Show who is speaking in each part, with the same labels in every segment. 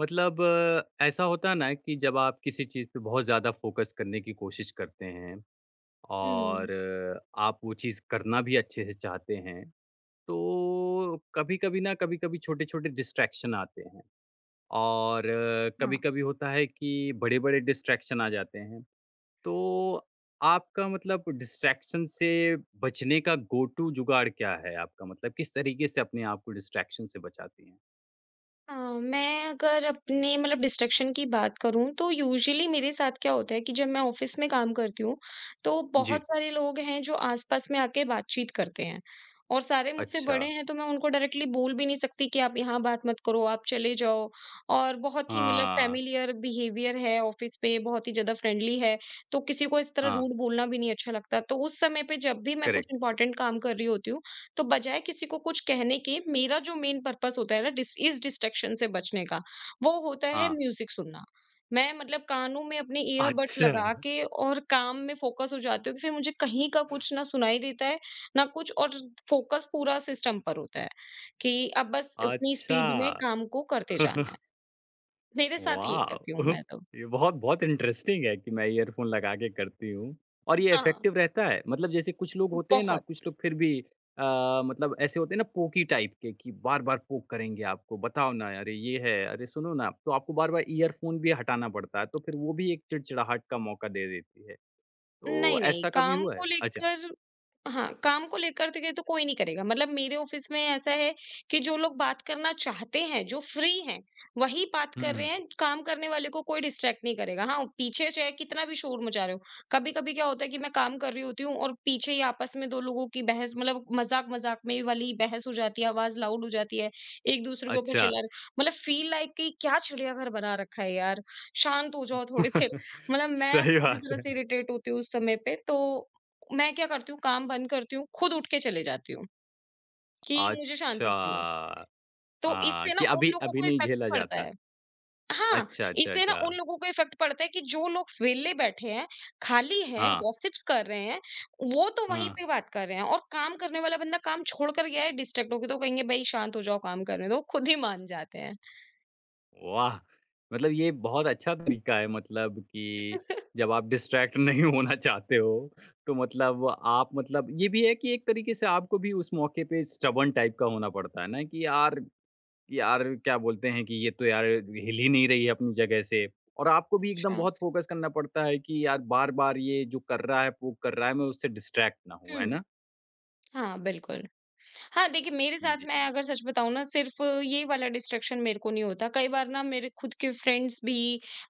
Speaker 1: मतलब ऐसा होता है ना कि जब आप किसी चीज़ पे बहुत ज़्यादा फ़ोकस करने की कोशिश करते हैं
Speaker 2: हुँ,
Speaker 1: और आप वो चीज़ करना भी अच्छे से चाहते हैं, तो कभी-कभी ना कभी-कभी छोटे-छोटे डिस्ट्रैक्शन आते हैं और
Speaker 2: हाँ।
Speaker 1: कभी-कभी होता है कि बड़े-बड़े डिस्ट्रैक्शन आ जाते हैं। तो आपका मतलब डिस्ट्रैक्शन से बचने का गो टू जुगाड़ क्या है आपका? मतलब किस तरीके से अपने आप को डिस्ट्रैक्शन से बचाती हैं?
Speaker 2: अ, मैं अगर अपने मतलब डिस्ट्रैक्शन की बात करूँ तो यूजुअली मेरे साथ क्या होता है कि जब मैं ऑफ़िस में काम करती हूँ, तो बहुत
Speaker 1: जी,
Speaker 2: सारे लोग हैं जो आस-पास में आके बातचीत करते हैं। और सारे मुझसे
Speaker 1: अच्छा।
Speaker 2: बड़े हैं, तो मैं उनको डायरेक्टली बोल भी नहीं सकती कि आप यहाँ बात मत करो, आप चले जाओ। और बहुत ही मतलब
Speaker 1: हाँ,
Speaker 2: फ़ैमिलियर बिहेवियर है ऑफ़िस पे, बहुत ही ज़्यादा फ्रेंडली है, तो किसी को इस तरह
Speaker 1: हाँ,
Speaker 2: रूड बोलना भी नहीं अच्छा लगता। तो उस समय पे जब भी मैं कुछ
Speaker 1: करेक्ट।
Speaker 2: इम्पोर्टेंट काम कर रही होती हूँ, तो बजाय किसी को कुछ कहने के मेरा जो मेन पर्पस होता है ना डिस्ट्रैक्शन से बचने का, वो होता है
Speaker 1: हाँ,
Speaker 2: म्यूज़िक सुनना। मैं मतलब कानों में अपने ईयरबड्स
Speaker 1: अच्छा,
Speaker 2: लगा के और काम में फ़ोकस हो जाती हूँ कि फिर मुझे कहीं का कुछ ना सुनाई देता है, ना कुछ और। फ़ोकस पूरा सिस्टम पर होता है, कि अब बस उतनी स्पीड में
Speaker 1: अच्छा।
Speaker 2: काम को करते जाना है। मेरे साथ ये
Speaker 1: वाओ!
Speaker 2: करती हूँ मैं तो।
Speaker 1: ये बहुत बहुत इंटरेस्टिंग है कि मैं ईयरफ़ोन लगा के करती हूँ और ये
Speaker 2: हाँ,
Speaker 1: इफ़ेक्टिव रहता है? मतलब जैसे कुछ लोग होते हैं ना,
Speaker 2: बहुत।
Speaker 1: कुछ लोग फिर भी मतलब ऐसे होते हैं ना पोकी टाइप के कि बार-बार पोक करेंगे आपको, बताओ ना, अरे ये है, अरे सुनो ना, तो आपको बार-बार ईयरफ़ोन भी हटाना पड़ता है, तो फिर वो भी एक चिड़चिड़ाहट का मौका दे देती है। तो
Speaker 2: नहीं, नहीं,
Speaker 1: ऐसा कभी
Speaker 2: काम
Speaker 1: हुआ
Speaker 2: को
Speaker 1: है? अच्छा।
Speaker 2: लेकर हाँ, काम को लेकर के तो कोई नहीं करेगा। मतलब मेरे ऑफ़िस में ऐसा है कि जो लोग बात करना चाहते हैं, जो फ्री हैं, वही बात
Speaker 1: हुँ,
Speaker 2: कर रहे
Speaker 1: हुँ।
Speaker 2: हैं, काम करने वाले को कोई डिस्ट्रैक्ट नहीं करेगा। हाँ, पीछे चाहे कितना भी शोर मचा रहे हो। कभी-कभी क्या होता है कि मैं काम कर रही होती हूँ और पीछे ही आपस में 2 लोगों की बहस, मतलब मज़ाक-मज़ाक में वाली बहस हो जाती है, आवाज़ लाउड हो जाती है, एक-दूसरे के ऊपर
Speaker 1: अच्छा।
Speaker 2: चिल्ला रहे। मतलब फ़ील लाइक कि क्या चिड़ियाघर बना रखा है यार! शांत हो जाओ थोड़ी देर। मतलब मैं
Speaker 1: सही
Speaker 2: पूरी
Speaker 1: बात
Speaker 2: तरह से
Speaker 1: है।
Speaker 2: इरिटेट होती हूँ उस समय पे। तो मैं क्या करती हूँ, काम बंद करती हूँ, खुद उठ के चले जाती हूँ कि मुझे
Speaker 1: अच्छा।
Speaker 2: शांति चाहिए। तो
Speaker 1: हाँ,
Speaker 2: इससे ना
Speaker 1: कि
Speaker 2: उन
Speaker 1: अभी
Speaker 2: लोगों
Speaker 1: अभी
Speaker 2: को
Speaker 1: नहीं
Speaker 2: इफ़ेक्ट
Speaker 1: झेला
Speaker 2: पड़ता
Speaker 1: जाता।
Speaker 2: है। हाँ,
Speaker 1: अच्छा, अच्छा,
Speaker 2: इससे ना
Speaker 1: अच्छा।
Speaker 2: उन लोगों को इफ़ेक्ट पड़ता है कि जो लोग वेले बैठे हैं, खाली हैं,
Speaker 1: हाँ,
Speaker 2: गॉसिप्स कर रहे हैं, वो तो वहीं
Speaker 1: हाँ।
Speaker 2: पे बात कर रहे हैं और काम करने वाला बंदा काम छोड़ कर गया है डिस्ट्रैक्ट हो के, तो कहेंगे भई शांत हो जाओ काम करने दो, खुद ही मान जाते हैं।
Speaker 1: वाह! मतलब ये बहुत अच्छा तरीका है मतलब कि जब आप डिस्ट्रैक्ट नहीं होना चाहते हो, तो मतलब आप मतलब ये भी है कि एक तरीके से आपको भी उस मौके पे स्टबर्न टाइप का होना पड़ता है ना कि यार यार क्या बोलते हैं कि ये तो यार हिल ही नहीं रही है अपनी जगह से। और आपको भी एकदम
Speaker 2: अच्छा।
Speaker 1: बहुत फ़ोकस करना पड़ता है कि यार बार-बार ये जो कर रहा है, वो कर रहा है, मैं उससे डिस्ट्रैक्ट ना हूँ, है
Speaker 2: हुँ।
Speaker 1: ना?
Speaker 2: हाँ, बिल्कुल। हाँ, देखिए मेरे साथ,
Speaker 1: जी।
Speaker 2: मैं अगर सच बताऊँ ना, सिर्फ़ ये वाला डिस्ट्रैक्शन मेरे को नहीं होता। कई बार ना मेरे खुद के फ्रेंड्स भी,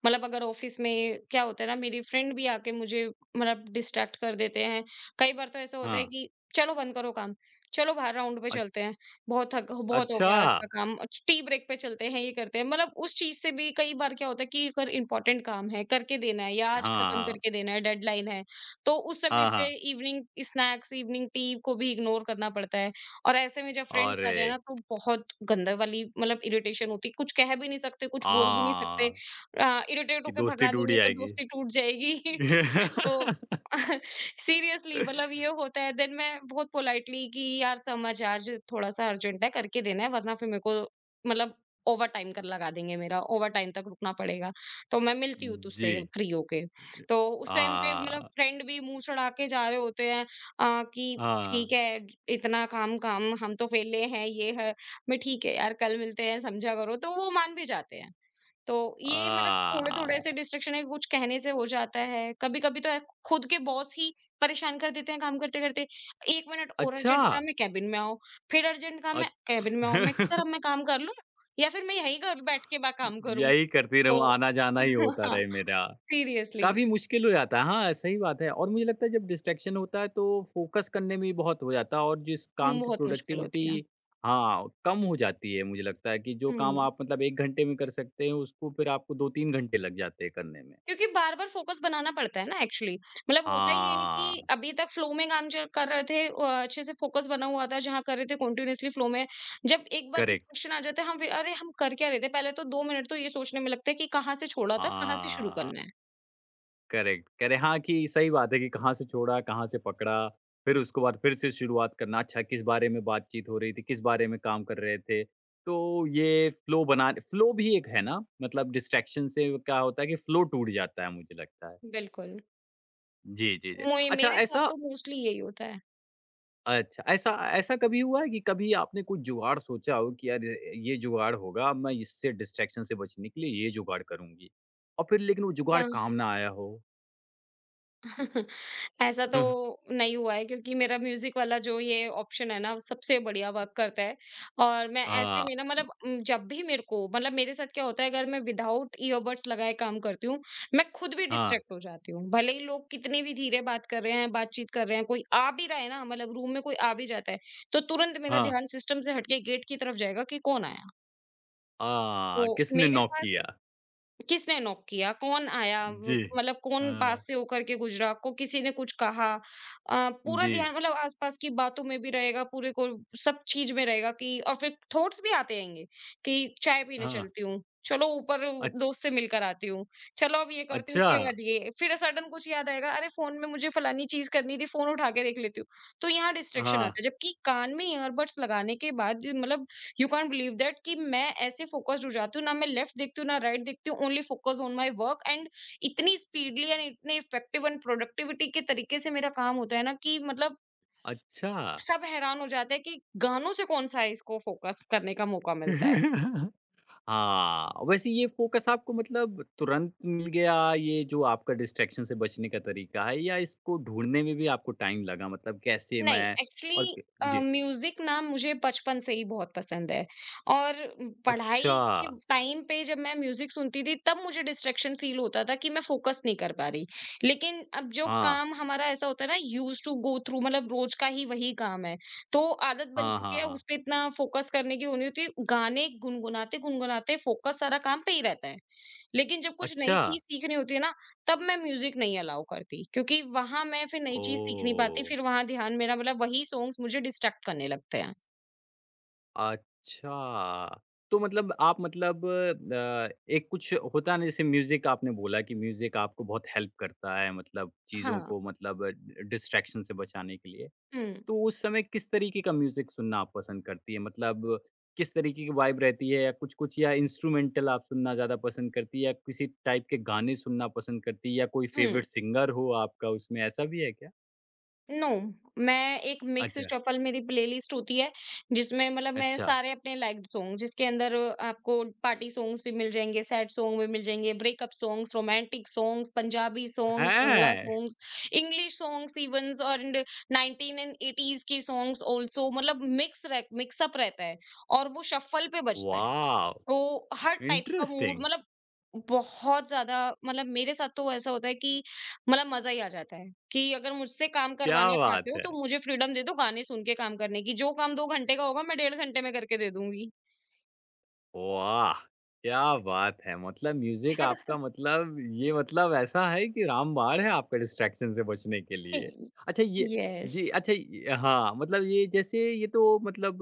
Speaker 2: मतलब अगर ऑफ़िस में क्या होता है ना, मेरी फ्रेंड भी आके मुझे मतलब डिस्ट्रैक्ट कर देते हैं। कई बार तो ऐसा होता है
Speaker 1: हाँ।
Speaker 2: कि चलो बंद करो काम, चलो बाहर राउंड पे चलते हैं, बहुत हो गया
Speaker 1: अच्छा!
Speaker 2: आज का काम, टी ब्रेक पे चलते हैं, ये करते हैं। मतलब उस चीज़ से भी कई बार क्या होता है कि अगर इम्पोर्टेंट काम है, करके देना है या आज
Speaker 1: हाँ,
Speaker 2: ख़त्म
Speaker 1: हाँ।
Speaker 2: करके देना है, डेडलाइन है, तो उस समय
Speaker 1: हाँ,
Speaker 2: पे
Speaker 1: हाँ।
Speaker 2: इवनिंग स्नैक्स, इवनिंग टी को भी इग्नोर करना पड़ता है। और ऐसे में जब फ्रेंड्स आ
Speaker 1: अरे!
Speaker 2: जाए ना, तो बहुत गंदे वाली मतलब इरिटेशन होती है। कुछ कह भी नहीं सकते, कुछ बोल भी नहीं सकते।
Speaker 1: आ
Speaker 2: इरिटेट
Speaker 1: कि
Speaker 2: होके
Speaker 1: दोस्ती
Speaker 2: भगा
Speaker 1: टूट
Speaker 2: देंगे तो
Speaker 1: जाएगी।
Speaker 2: दोस्ती टूट जाएगी। तो सीरियसली मतलब ये होता है देन मैं बहुत पोलाइटली कि यार समझ, आज थोड़ा सा अर्जेंट है, करके देना है, वरना फिर मेरे को मतलब ओवर टाइम कर लगा देंगे मेरा, ओवर टाइम तक रुकना पड़ेगा। तो मैं मिलती हूँ
Speaker 1: जी।
Speaker 2: तुझसे फ्री होके। तो उस टाइम पे मतलब
Speaker 1: आ,
Speaker 2: फ्रेंड भी मुँह चढ़ा के जा रहे होते हैं। कि
Speaker 1: हाँ।
Speaker 2: ठीक है, इतना काम काम हम तो फेले हैं ये है। मैं ठीक है यार, कल मिलते हैं, समझा करो, तो वो मान भी जाते हैं। तो
Speaker 1: आ,
Speaker 2: ये मतलब थोड़े थोड़े ऐसे डिस्ट्रक्शन है, कुछ कहने से हो जाता है कभी कभी। तो खुद के बॉस ही परेशान कर देते हैं काम करते करते, एक मिनट और
Speaker 1: अच्छा!
Speaker 2: अर्जेंट काम है, कैबिन में आओ। फिर अर्जेंट काम है,
Speaker 1: अच्छ
Speaker 2: कैबिन में आओ। मैं सर, अब मैं काम कर लूं या फिर मैं यहीं घर बैठ के बा काम करूं।
Speaker 1: यही करती रहूँ,
Speaker 2: तो
Speaker 1: आना-जाना ही होता
Speaker 2: हाँ,
Speaker 1: रहे मेरा।
Speaker 2: सीरियसली।
Speaker 1: काफ़ी मुश्किल हो जाता है। हाँ, सही बात है और मुझे लगता है जब डिस्ट्रैक्शन होता है तो फ़ोकस करने में भी बहुत हो जाता है और जिस काम की
Speaker 2: बहुत मुश्किल
Speaker 1: प्रोडक्टिविटी
Speaker 2: होती है।
Speaker 1: हाँ, कम हो जाती है मुझे लगता है कि जो काम
Speaker 2: हम्म
Speaker 1: आप मतलब 1 घंटे में कर सकते हैं उसको फिर आपको 2-3 घंटे लग जाते हैं करने में।
Speaker 2: क्योंकि बार-बार फ़ोकस बनाना पड़ता है ना एक्चुअली। मतलब होता ये है कि
Speaker 1: हाँ,
Speaker 2: अभी तक फ़्लो में काम ज कर रहे थे, अच्छे से फ़ोकस बना हुआ था, जहाँ कर रहे थे कंटीन्यूअसली फ़्लो में। जब एक बार
Speaker 1: करेक्ट।
Speaker 2: डिस्ट्रैक्शन आ जाता है, हम फिर अरे! हम कर क्या रहे थे? पहले तो 2 मिनट तो ये सोचने में लगता है कि कहाँ से छोड़ा था, कहाँ से शुरू
Speaker 1: हाँ।
Speaker 2: करना है।
Speaker 1: करेक्ट, करें हाँ, कि सही बात है कि कहाँ से छोड़ा, कहाँ से पकड़ा, फिर उसके बाद फिर से शुरुआत करना, अच्छा किस बारे में बातचीत हो रही थी, किस बारे में काम कर रहे थे। तो ये फ्लो बना फ्लो भी एक है ना? मतलब डिस्ट्रैक्शन से क्या होता है कि फ्लो टूट जाता है मुझे लगता है।
Speaker 2: बिल्कुल।
Speaker 1: जी, जी, जी।
Speaker 2: मोए
Speaker 1: अच्छा
Speaker 2: मेरे साथ
Speaker 1: ऐसा
Speaker 2: तो मोस्टली यही होता
Speaker 1: अच्छा, ऐसा ऐसा कभी हुआ है कि कभी आपने कोई जुगाड़ सोचा हो कि यार ये जुगाड़ होगा, अब मैं इससे डिस्ट्रैक्शन से बचने के लिए ये जुगाड़ करूँगी। और फिर लेकिन वो जुगाड़
Speaker 2: है।
Speaker 1: काम ना आया हो?
Speaker 2: ऐसा तो नहीं हुआ है, क्योंकि मेरा म्यूजिक वाला जो ये ऑप्शन है ना सबसे बढ़िया वर्क करता है। और मैं ऐसे
Speaker 1: हाँ,
Speaker 2: में ना मतलब जब भी मेरे को मतलब मेरे साथ क्या होता है, अगर मैं विदाउट ईयरबड्स लगाए काम करती हूँ, मैं खुद भी
Speaker 1: हाँ,
Speaker 2: डिस्ट्रैक्ट हो जाती हूँ, भले ही लोग कितने भी धीरे बात कर रहे हैं, बातचीत कर रहे हैं, कोई आ भी रहा है ना, मतलब रूम में कोई आ भी जाता है, तो तुरंत मेरा
Speaker 1: हाँ।
Speaker 2: ध्यान सिस्टम से हटके गेट की तरफ जाएगा कि कौन आया। तो
Speaker 1: आ, किसने
Speaker 2: मेरे
Speaker 1: नॉक
Speaker 2: साथ
Speaker 1: किया?
Speaker 2: किसने नॉक किया? कौन आया? म
Speaker 1: जी।
Speaker 2: मतलब कौन
Speaker 1: हाँ,
Speaker 2: पास से होकर के गुज़रा? को किसी ने कुछ कहा? पूरा
Speaker 1: जी।
Speaker 2: ध्यान मतलब आस-पास की बातों में भी रहेगा, पूरे को सब चीज़ में रहेगा, कि और फिर थॉट्स भी आते रहेंगे कि चाय पीने
Speaker 1: हाँ,
Speaker 2: चलती हूँ, चलो ऊपर
Speaker 1: अच
Speaker 2: दोस्त से मिलकर आती हूँ, चलो अब ये करती हूँ,
Speaker 1: अच्छा।
Speaker 2: उसके बाद ये। फिर सडन कुछ याद आएगा, अरे फ़ोन में मुझे फलानी चीज़ करनी थी, फ़ोन उठा के देख लेती हूँ। तो यहाँ डिस्ट्रैक्शन
Speaker 1: हाँ,
Speaker 2: आता है, जबकि कान में ईयरबड्स लगाने के बाद मतलब यू कांट बिलीव दैट कि मैं ऐसे फोकस्ड हो जाती हूँ, ना मैं लेफ्ट देखती हूँ ना राइट देखती हूँ, only focus on my work and इतनी स्पीडली एंड इतने इफेक्टिव एंड प्रोडक्टिविटी के तरीके से मेरा काम होता है ना, कि मतलब
Speaker 1: अच्छा।
Speaker 2: सब हैरान हो जाते हैं कि गानों से कौन सा है इसको फोकस करने का मौका मिलता है।
Speaker 1: हाँ, वैसे ये फ़ोकस आपको मतलब तुरंत मिल गया ये जो आपका डिस्ट्रैक्शन से बचने का तरीका है या इसको ढूँढने में भी आपको टाइम लगा? मतलब कैसे
Speaker 2: नहीं,
Speaker 1: मैं और
Speaker 2: एक्चुअली
Speaker 1: क जी।
Speaker 2: म्यूज़िक ना मुझे बचपन से ही बहुत पसंद है। और पढ़ाई
Speaker 1: अच्छा।
Speaker 2: के टाइम पे जब मैं म्यूज़िक सुनती थी, तब मुझे डिस्ट्रैक्शन फ़ील होता था कि मैं फ़ोकस नहीं कर पा रही। लेकिन अब जो
Speaker 1: हाँ।
Speaker 2: काम हमारा ऐसा होता है ना, यूज्ड टू गो थ्रू, मतलब रोज़ का ही वही काम है, तो आदत बन
Speaker 1: हाँ,
Speaker 2: चुकी
Speaker 1: हाँ,
Speaker 2: है, उस
Speaker 1: हाँ।
Speaker 2: पे इतना फ़ोकस करने की वो नहीं होती, है। गाने गुनगुनाते-गुनगुनाते फ़ोकस सारा काम पे ही रहता है। लेकिन जब कुछ नई
Speaker 1: अच्छा।
Speaker 2: चीज़ सीखनी होती है ना, तब मैं म्यूज़िक नहीं अलाउ करती, क्योंकि वहाँ मैं फिर नई चीज़ सीख नहीं पाती,
Speaker 1: ओह!
Speaker 2: फिर वहाँ ध्यान मेरा मतलब वही सॉन्ग्स मुझे डिस्ट्रैक्ट करने लगते हैं।
Speaker 1: अच्छा, तो मतलब आप मतलब एक कुछ होता है ना जैसे म्यूज़िक आपने बोला कि म्यूज़िक आपको बहुत हेल्प करता है मतलब चीज़ों
Speaker 2: हाँ।
Speaker 1: को मतलब डिस्ट्रैक्शन से बचाने के लिए।
Speaker 2: हुँ,
Speaker 1: तो उस समय किस तरीके का म्यूज़िक सुनना आप पसंद करती हैं? मतलब किस तरीके की वाइब रहती है या कुछ-कुछ या इंस्ट्रूमेंटल आप सुनना ज़्यादा पसंद करती हैं या किसी टाइप के गाने सुनना पसंद करती हैं या कोई
Speaker 2: हुँ।
Speaker 1: फ़ेवरेट सिंगर हो आपका उसमें ऐसा भी है क्या?
Speaker 2: नो, मैं एक मिक्स
Speaker 1: अच्छा,
Speaker 2: शफल, मेरी प्लेलिस्ट होती है, जिसमें मतलब मैं
Speaker 1: अच्छा।
Speaker 2: सारे अपने लाइक्ड सॉन्ग, जिसके अंदर आपको पार्टी सॉन्ग्स भी मिल जाएँगे, सैड सॉन्ग भी मिल जाएँगे, breakup songs, romantic songs, Punjabi songs, Bangla
Speaker 1: है?
Speaker 2: Songs, English songs evens and 19 and 80s के सॉन्ग्स ऑल्सो। मतलब मिक्स अप रहता है और वो शफल पे बजता है।
Speaker 1: वॉव!
Speaker 2: तो हर टाइप का मूड,
Speaker 1: इंटरेस्टिंग।
Speaker 2: मतलब बहुत ज़्यादा, मतलब मेरे साथ तो ऐसा होता है कि मतलब मज़ा ही आ जाता है कि अगर मुझसे काम
Speaker 1: क्या
Speaker 2: करवाना चाहते
Speaker 1: बात
Speaker 2: हो
Speaker 1: है!
Speaker 2: तो मुझे फ्रीडम दे दो गाने सुन के काम करने की। जो काम 2 घंटे का होगा मैं डेढ़ घंटे में करके दे दूँगी।
Speaker 1: वाह! क्या बात है! मतलब म्यूज़िक आपका मतलब ये मतलब ऐसा है कि रामबाण है आपका डिस्ट्रैक्शन से बचने के लिए। अच्छा ये
Speaker 2: यस।
Speaker 1: जी, अच्छा ये हाँ, मतलब ये जैसे ये तो मतलब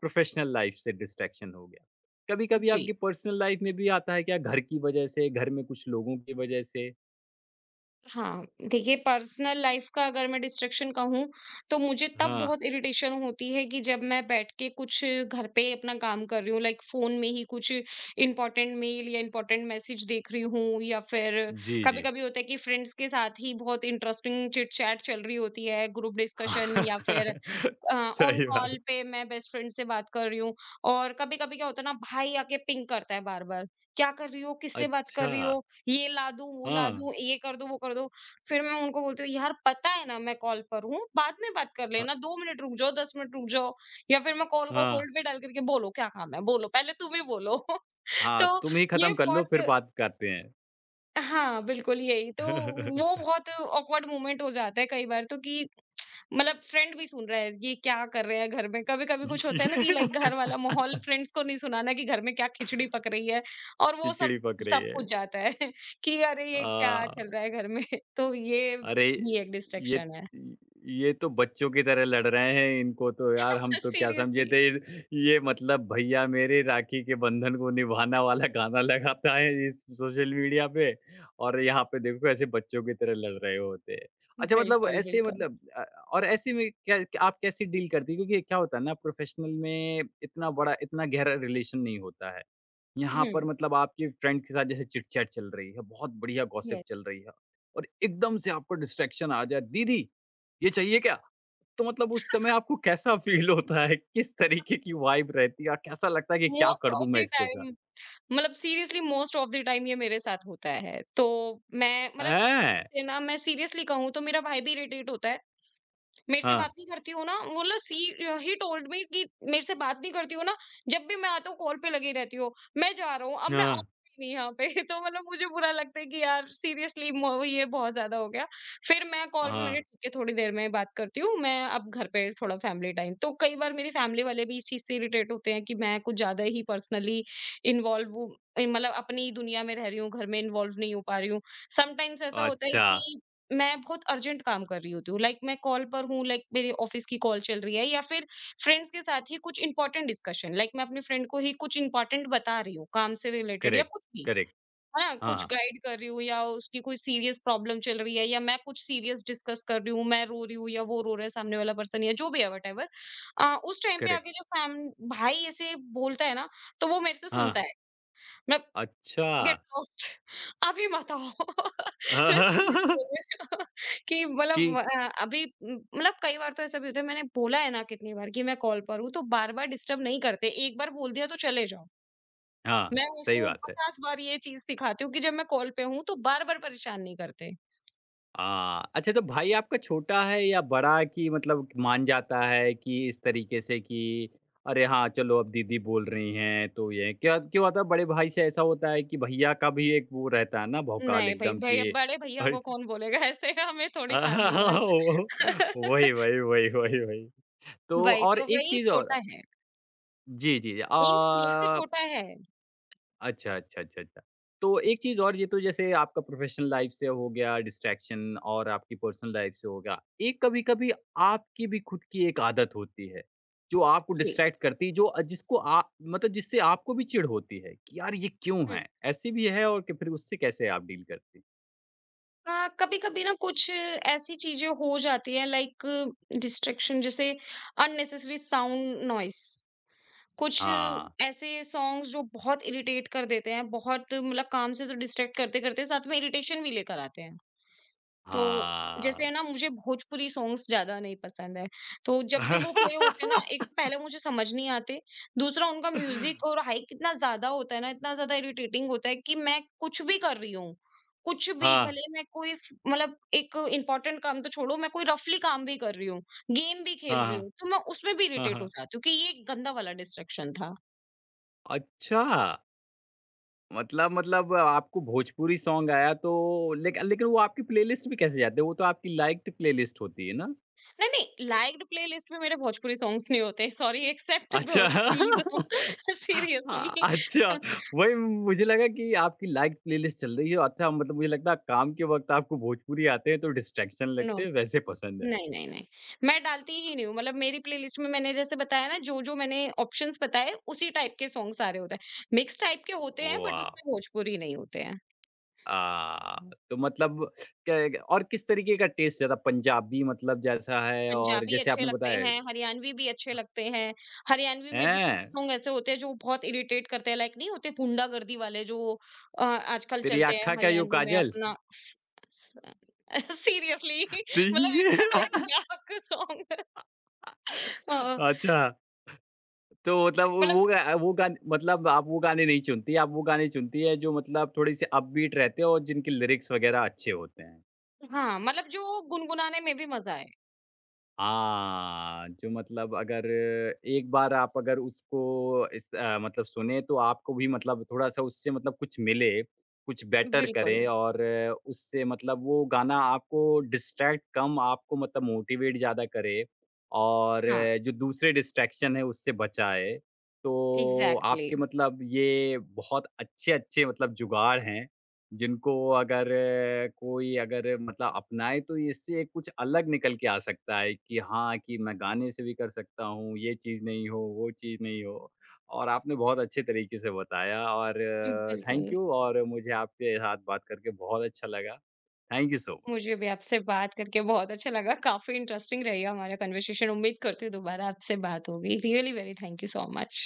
Speaker 1: प्रोफ़ेशनल लाइफ़ से डिस्ट्रैक्शन हो गया। कभी-कभी
Speaker 2: जी।
Speaker 1: आपकी पर्सनल लाइफ़ में भी आता है क्या घर की वजह से, घर में कुछ लोगों की वजह से?
Speaker 2: हाँ, देखिए पर्सनल लाइफ़ का अगर मैं डिस्ट्रैक्शन कहूँ, तो मुझे तब
Speaker 1: हाँ।
Speaker 2: बहुत इरिटेशन होती है कि जब मैं बैठ के कुछ घर पे अपना काम कर रही हूँ, लाइक फ़ोन में ही कुछ इम्पोर्टेंट मेल या इम्पोर्टेंट मैसेज देख रही हूँ, या फिर
Speaker 1: जी, जी।
Speaker 2: कभी-कभी होता है कि फ्रेंड्स के साथ ही बहुत इंटरेस्टिंग चिट-चैट चल रही होती है, ग्रुप डिस्कशन,
Speaker 1: हाँ
Speaker 2: या फिर ऑन
Speaker 1: सही बात।
Speaker 2: कॉल पे मैं बेस्ट फ्रेंड से बात कर रही हूँ, और कभी-कभी क्या होता है ना, भाई आके पिंग करता है बार-बार, "क्या कर रही हो? किससे बात कर
Speaker 1: अच्छा।
Speaker 2: रही हो? ये ला दूँ, वो ला
Speaker 1: हाँ।
Speaker 2: दूँ, ये कर दो, वो कर दो।" फिर मैं उनको बोलती हूँ, "यार पता है ना मैं कॉल पर हूँ, बाद में बात कर
Speaker 1: अ,
Speaker 2: लेना, 2 मिनट रुक जाओ, 10 मिनट रुक जाओ।" या फिर मैं कॉल को
Speaker 1: हाँ।
Speaker 2: होल्ड पे डाल करके बोलो क्या काम है? बोलो, पहले तुम ही बोलो।
Speaker 1: हाँ,
Speaker 2: तो
Speaker 1: तुम ही
Speaker 2: ये
Speaker 1: खत्म कर लो फिर
Speaker 2: बहुत,
Speaker 1: बात करते हैं।
Speaker 2: हाँ, बिल्कुल यही। तो वो बहुत ऑकवर्ड मोमेंट हो जाता है कई बार, तो कि मतलब फ्रेंड भी सुन रहा है, ये क्या कर रहे हैं घर में? कभी-कभी कुछ होता है ना कि लाइक घर वाला माहौल फ्रेंड्स को नहीं सुनाना कि घर में क्या खिचड़ी पक रही है, और वो सब
Speaker 1: खिचड़ी पक रही
Speaker 2: सब
Speaker 1: है।
Speaker 2: कुछ जाता है। कि अरे ये क्या चल
Speaker 1: हाँ।
Speaker 2: रहा है घर में? तो ये
Speaker 1: अरे!
Speaker 2: भी एक
Speaker 1: ये
Speaker 2: डिस्ट्रैक्शन है।
Speaker 1: ये तो बच्चों की तरह लड़ रहे हैं, इनको तो यार हम तो क्या समझे
Speaker 2: सीरियसली।
Speaker 1: थे ये मतलब भैया मेरे राखी के बंधन को निभाना वाला गाना लगाता है इस सोशल मीडिया पे और यहाँ पे देखो ऐसे बच्चों की तरह लड़ रहे होते हैं। अच्छा मतलब
Speaker 2: बिल्कुल,
Speaker 1: ऐसे
Speaker 2: बिल्कुल।
Speaker 1: मतलब और ऐसे में क्या क्या- आप कैसे डील करती हैं? क्योंकि क्या होता है ना प्रोफ़ेशनल में इतना बड़ा इतना गहरा रिलेशन नहीं होता है। यहाँ पर
Speaker 2: हुँ,
Speaker 1: मतलब आपके फ्रेंड के साथ जैसे चिट-चैट चल रही है, बहुत बढ़िया गॉसिप
Speaker 2: यस।
Speaker 1: चल रही है और एकदम से आपको डिस्ट्रैक्शन आ जाए, "दीदी, ये चाहिए क्या?" तो मतलब उस समय आपको कैसा फ़ील होता है? किस तरीके की वाइब रहती है और कैसा लगता है कि क्या
Speaker 2: मोस्ट
Speaker 1: कर
Speaker 2: ऑफ
Speaker 1: दूँ मैं
Speaker 2: द
Speaker 1: इसके
Speaker 2: टाइम
Speaker 1: साथ?
Speaker 2: मतलब seriously most of the time ये मेरे साथ होता है। तो मैं मतलब इस चीज़
Speaker 1: हैं?
Speaker 2: से ना मैं सीरियसली कहूँ तो मेरा भाई भी इरिटेट होता है। मेरे से
Speaker 1: हाँ,
Speaker 2: बात नहीं करती हो ना बोला, सी ही टोल्ड मी कि मेरे से बात नहीं करती हो ना, जब भी मैं आता हूँ कॉल पे लगी रहती हो, मैं जा रहा हूँ अब मैं
Speaker 1: हाँ,
Speaker 2: आऊंगी नहीं यहाँ पे। तो मतलब मुझे बुरा लगता है कि यार सीरियसली ये बहुत ज्यादा हो गया। फिर मैं कॉल पे
Speaker 1: हाँ,
Speaker 2: मैंने ठीक है थोड़ी देर में बात करती हूँ, मैं अब घर पे थोड़ा फैमिली टाइम। तो कई बार मेरी फैमिली वाले भी इस चीज से इरिटेट होते हैं कि मैं कुछ ज्यादा ही पर्सनली इन्वॉल्व हूँ, मतलब अपनी दुनिया में रह रही हूँ, घर में इन्वॉल्व नहीं हो पा रही हूँ। समटाइम्स ऐसा होता है
Speaker 1: अच्छा,
Speaker 2: कि मैं बहुत अर्जेंट काम कर रही होती हूँ, लाइक मैं कॉल पर हूँ, लाइक मेरी ऑफिस की कॉल चल रही है, या फिर फ्रेंड्स के साथ ही कुछ इंपॉर्टेंट डिस्कशन, लाइक मैं अपने फ्रेंड को ही कुछ इंपॉर्टेंट बता रही हूँ काम से रिलेटेड या
Speaker 1: करेक्ट,
Speaker 2: कुछ भी,
Speaker 1: करेक्ट,
Speaker 2: है ना,
Speaker 1: हाँ,
Speaker 2: कुछ
Speaker 1: हाँ,
Speaker 2: गाइड कर रही हूँ, या उसकी कोई सीरियस प्रॉब्लम चल रही है, या मैं कुछ सीरियस डिस्कस कर रही हूँ, मैं रो रही हूँ या वो रो रहा है सामने वाला पर्सन या जो भी है, वट एवर। उस टाइम पे
Speaker 1: करेक्ट,
Speaker 2: आके जब फैम भाई ऐसे बोलता है ना, तो वो मेरे से
Speaker 1: हाँ,
Speaker 2: सुनता है। मैं,
Speaker 1: अच्छा।
Speaker 2: गेट लॉस्ट, अभी मत आओ। मैं सीरियस बोल रही हूँ। कि
Speaker 1: कि
Speaker 2: मतलब मतलब कई बार तो ऐसा भी होता है, मैंने बोला है ना कितनी बार कि मैं कॉल पर हूँ तो बार बार डिस्टर्ब नहीं करते, एक बार बोल दिया तो चले जाओ।
Speaker 1: हाँ,
Speaker 2: मैं
Speaker 1: सही
Speaker 2: उसको
Speaker 1: बात है।
Speaker 2: 50 बार ये चीज सिखाती हूँ कि जब मैं कॉल पे हूँ तो बार बार परेशान नहीं करते।
Speaker 1: हाँ, अच्छा तो भाई आपका छोटा है या बड़ा कि मतलब मान जाता है कि इस तरीके से कि अरे हाँ, चलो अब दीदी बोल रही हैं तो ये क्या क्यों होता है बड़े भाई से ऐसा होता है कि भैया का भी एक वो रहता है ना भौकाल
Speaker 2: नहीं, भाई
Speaker 1: एकदम
Speaker 2: भैया,
Speaker 1: कि
Speaker 2: बड़े भैया
Speaker 1: अरे
Speaker 2: को कौन बोलेगा ऐसे, हमें थोड़ी खा रही है
Speaker 1: वो
Speaker 2: यार।
Speaker 1: वही, वही, वही, वही, वही। तो और एक
Speaker 2: वही
Speaker 1: चीज़ और
Speaker 2: छोटा है,
Speaker 1: जी, जी।
Speaker 2: मीन्स मेरे से छोटा है।
Speaker 1: अच्छा, अच्छा, अच्छा, अच्छा। तो एक चीज़ और ये तो जैसे आपका प्रोफ़ेशनल लाइफ़ से हो गया डिस्ट्रैक्शन और आपकी पर्सनल लाइफ़ से हो गया। एक कभी-कभी आपकी भी खुद की एक आदत होती है, जो आपको
Speaker 2: जी,
Speaker 1: डिस्ट्रैक्ट करती है, जो जिसको आ मतलब जिससे आपको भी चिढ़ होती है कि यार ये क्यों है? ऐसी भी है और कि फिर उससे कैसे आप डील करती?
Speaker 2: कभी कभी ना कुछ ऐसी चीजें हो जाती है लाइक डिस्ट्रैक्शन, जैसे अननेसेसरी साउंड नॉइस, कुछ
Speaker 1: हाँ,
Speaker 2: ऐसे सॉन्ग्स जो बहुत इरिटेट कर देते हैं, बहुत मतलब काम से तो डिस्ट्रैक्ट करते करते साथ में इरिटेशन भी लेकर आते हैं। तो
Speaker 1: हाँ।
Speaker 2: जैसे ना मुझे भोजपुरी सॉन्ग्स ज़्यादा नहीं पसंद है। तो जब भी वो प्ले होते हैं ना, एक तो पहले मुझे समझ नहीं आते, दूसरा उनका म्यूज़िक और हाइक इतना ज़्यादा होता है ना, इतना ज़्यादा इरिटेटिंग होता है कि मैं कुछ भी कर रही हूँ, कुछ भी,
Speaker 1: हाँ, हाँ,
Speaker 2: भले मैं कोई फ मतलब एक इम्पोर्टेंट काम तो छोड़ो, मैं कोई रफली काम भी कर रही हूँ, गेम भी खेल
Speaker 1: हाँ,
Speaker 2: रही
Speaker 1: हाँ,
Speaker 2: हूँ, तो मैं उसमें भी
Speaker 1: हाँ,
Speaker 2: इरिटेट हो
Speaker 1: हाँ।
Speaker 2: जाती हूँ कि ये गंदा वाला डिस्ट्रैक्शन था।
Speaker 1: अच्छा! मतलब मतलब आपको भोजपुरी सॉन्ग आया तो लेकिन लेकिन वो आपकी प्लेलिस्ट में कैसे जाते हैं? वो तो आपकी लाइक्ड प्लेलिस्ट होती है ना?
Speaker 2: नहीं, नहीं, लाइक्ड प्लेलिस्ट में मेरे भोजपुरी सॉन्ग्स नहीं होते, सॉरी एक्सेप्ट
Speaker 1: अच्छा।
Speaker 2: भोजपुरीज़।
Speaker 1: हाँ,
Speaker 2: सीरियसली।
Speaker 1: अच्छा वही मुझे लगा कि आपकी लाइक्ड प्लेलिस्ट चल रही है। अच्छा मतलब मुझे लगता है काम के वक़्त आपको भोजपुरी आते हैं तो डिस्ट्रैक्शन
Speaker 2: नो,
Speaker 1: लगते हैं वैसे पसंद है।
Speaker 2: नहीं, नहीं, नहीं। मैं डालती ही नहीं हूँ, मतलब मेरी प्लेलिस्ट में मैंने जैसे बताया ना, जो-जो मैंने ऑप्शंस बताए उसी टाइप के सॉन्ग सारे होते हैं। मिक्स टाइप के होते हैं बट
Speaker 1: वाह!
Speaker 2: उसमें भोजपुरी नहीं होते हैं।
Speaker 1: आ, तो मतलब क्या और किस तरीके का टेस्ट ज़्यादा पंजाबी मतलब जैसा है और
Speaker 2: पंजाबी
Speaker 1: जैसे
Speaker 2: अच्छे
Speaker 1: आपने
Speaker 2: लगते
Speaker 1: बताया
Speaker 2: हैं, हरियाणवी भी अच्छे लगते हैं। हरियाणवी में भी कुछ
Speaker 1: हैं?
Speaker 2: सॉन्ग ऐसे होते हैं जो बहुत इरिटेट करते हैं, लाइक नहीं होते, गुंडागर्दी वाले जो आजकल
Speaker 1: तेरी
Speaker 2: चलते हैं
Speaker 1: आँखा का यो
Speaker 2: हरियाणवी में
Speaker 1: काजल।
Speaker 2: अपना। स सीरियसली, मतलब
Speaker 1: ती-
Speaker 2: it's a very yuck song. अ,
Speaker 1: अच्छा, तो मतलब
Speaker 2: मतलब
Speaker 1: वो गा वो गान मतलब आप वो गाने नहीं चुनती, आप वो गाने चुनती है जो मतलब थोड़े-से अपबीट रहते हैं और जिनके लिरिक्स वगैरह अच्छे होते हैं।
Speaker 2: हाँ, मतलब जो गुनगुनाने में भी मज़ा आए।
Speaker 1: हाँ, जो मतलब अगर एक बार आप अगर उसको इस मतलब सुने तो आपको भी मतलब थोड़ा-सा उससे मतलब कुछ मिले, कुछ बेटर
Speaker 2: बिल्कुल,
Speaker 1: करें और उससे मतलब वो गाना आपको डिस्ट्रैक्ट कम आपको मतलब मोटिवेट ज़्यादा करे और
Speaker 2: हाँ,
Speaker 1: जो दूसरे डिस्ट्रैक्शन है उससे बचाए। तो
Speaker 2: एग्ज़ैक्टली।
Speaker 1: आपके मतलब ये बहुत अच्छे-अच्छे मतलब जुगाड़ हैं। जिनको अगर कोई अगर मतलब अपनाए तो इससे कुछ अलग निकल के आ सकता है कि हाँ, कि मैं गाने से भी कर सकता हूँ, ये चीज़ नहीं हो, वो चीज़ नहीं हो। और आपने बहुत अच्छे तरीके से बताया और थैंक
Speaker 2: बिल्कुल,
Speaker 1: यू और मुझे आपके साथ बात करके बहुत अच्छा लगा। थैंक यू सो
Speaker 2: मुझे
Speaker 1: मच।
Speaker 2: भी आपसे बात करके बहुत अच्छा लगा, काफ़ी इंटरेस्टिंग रही हमारा कन्वर्सेशन, उम्मीद करती हूँ दोबारा आपसे बात होगी, really very thank you so much.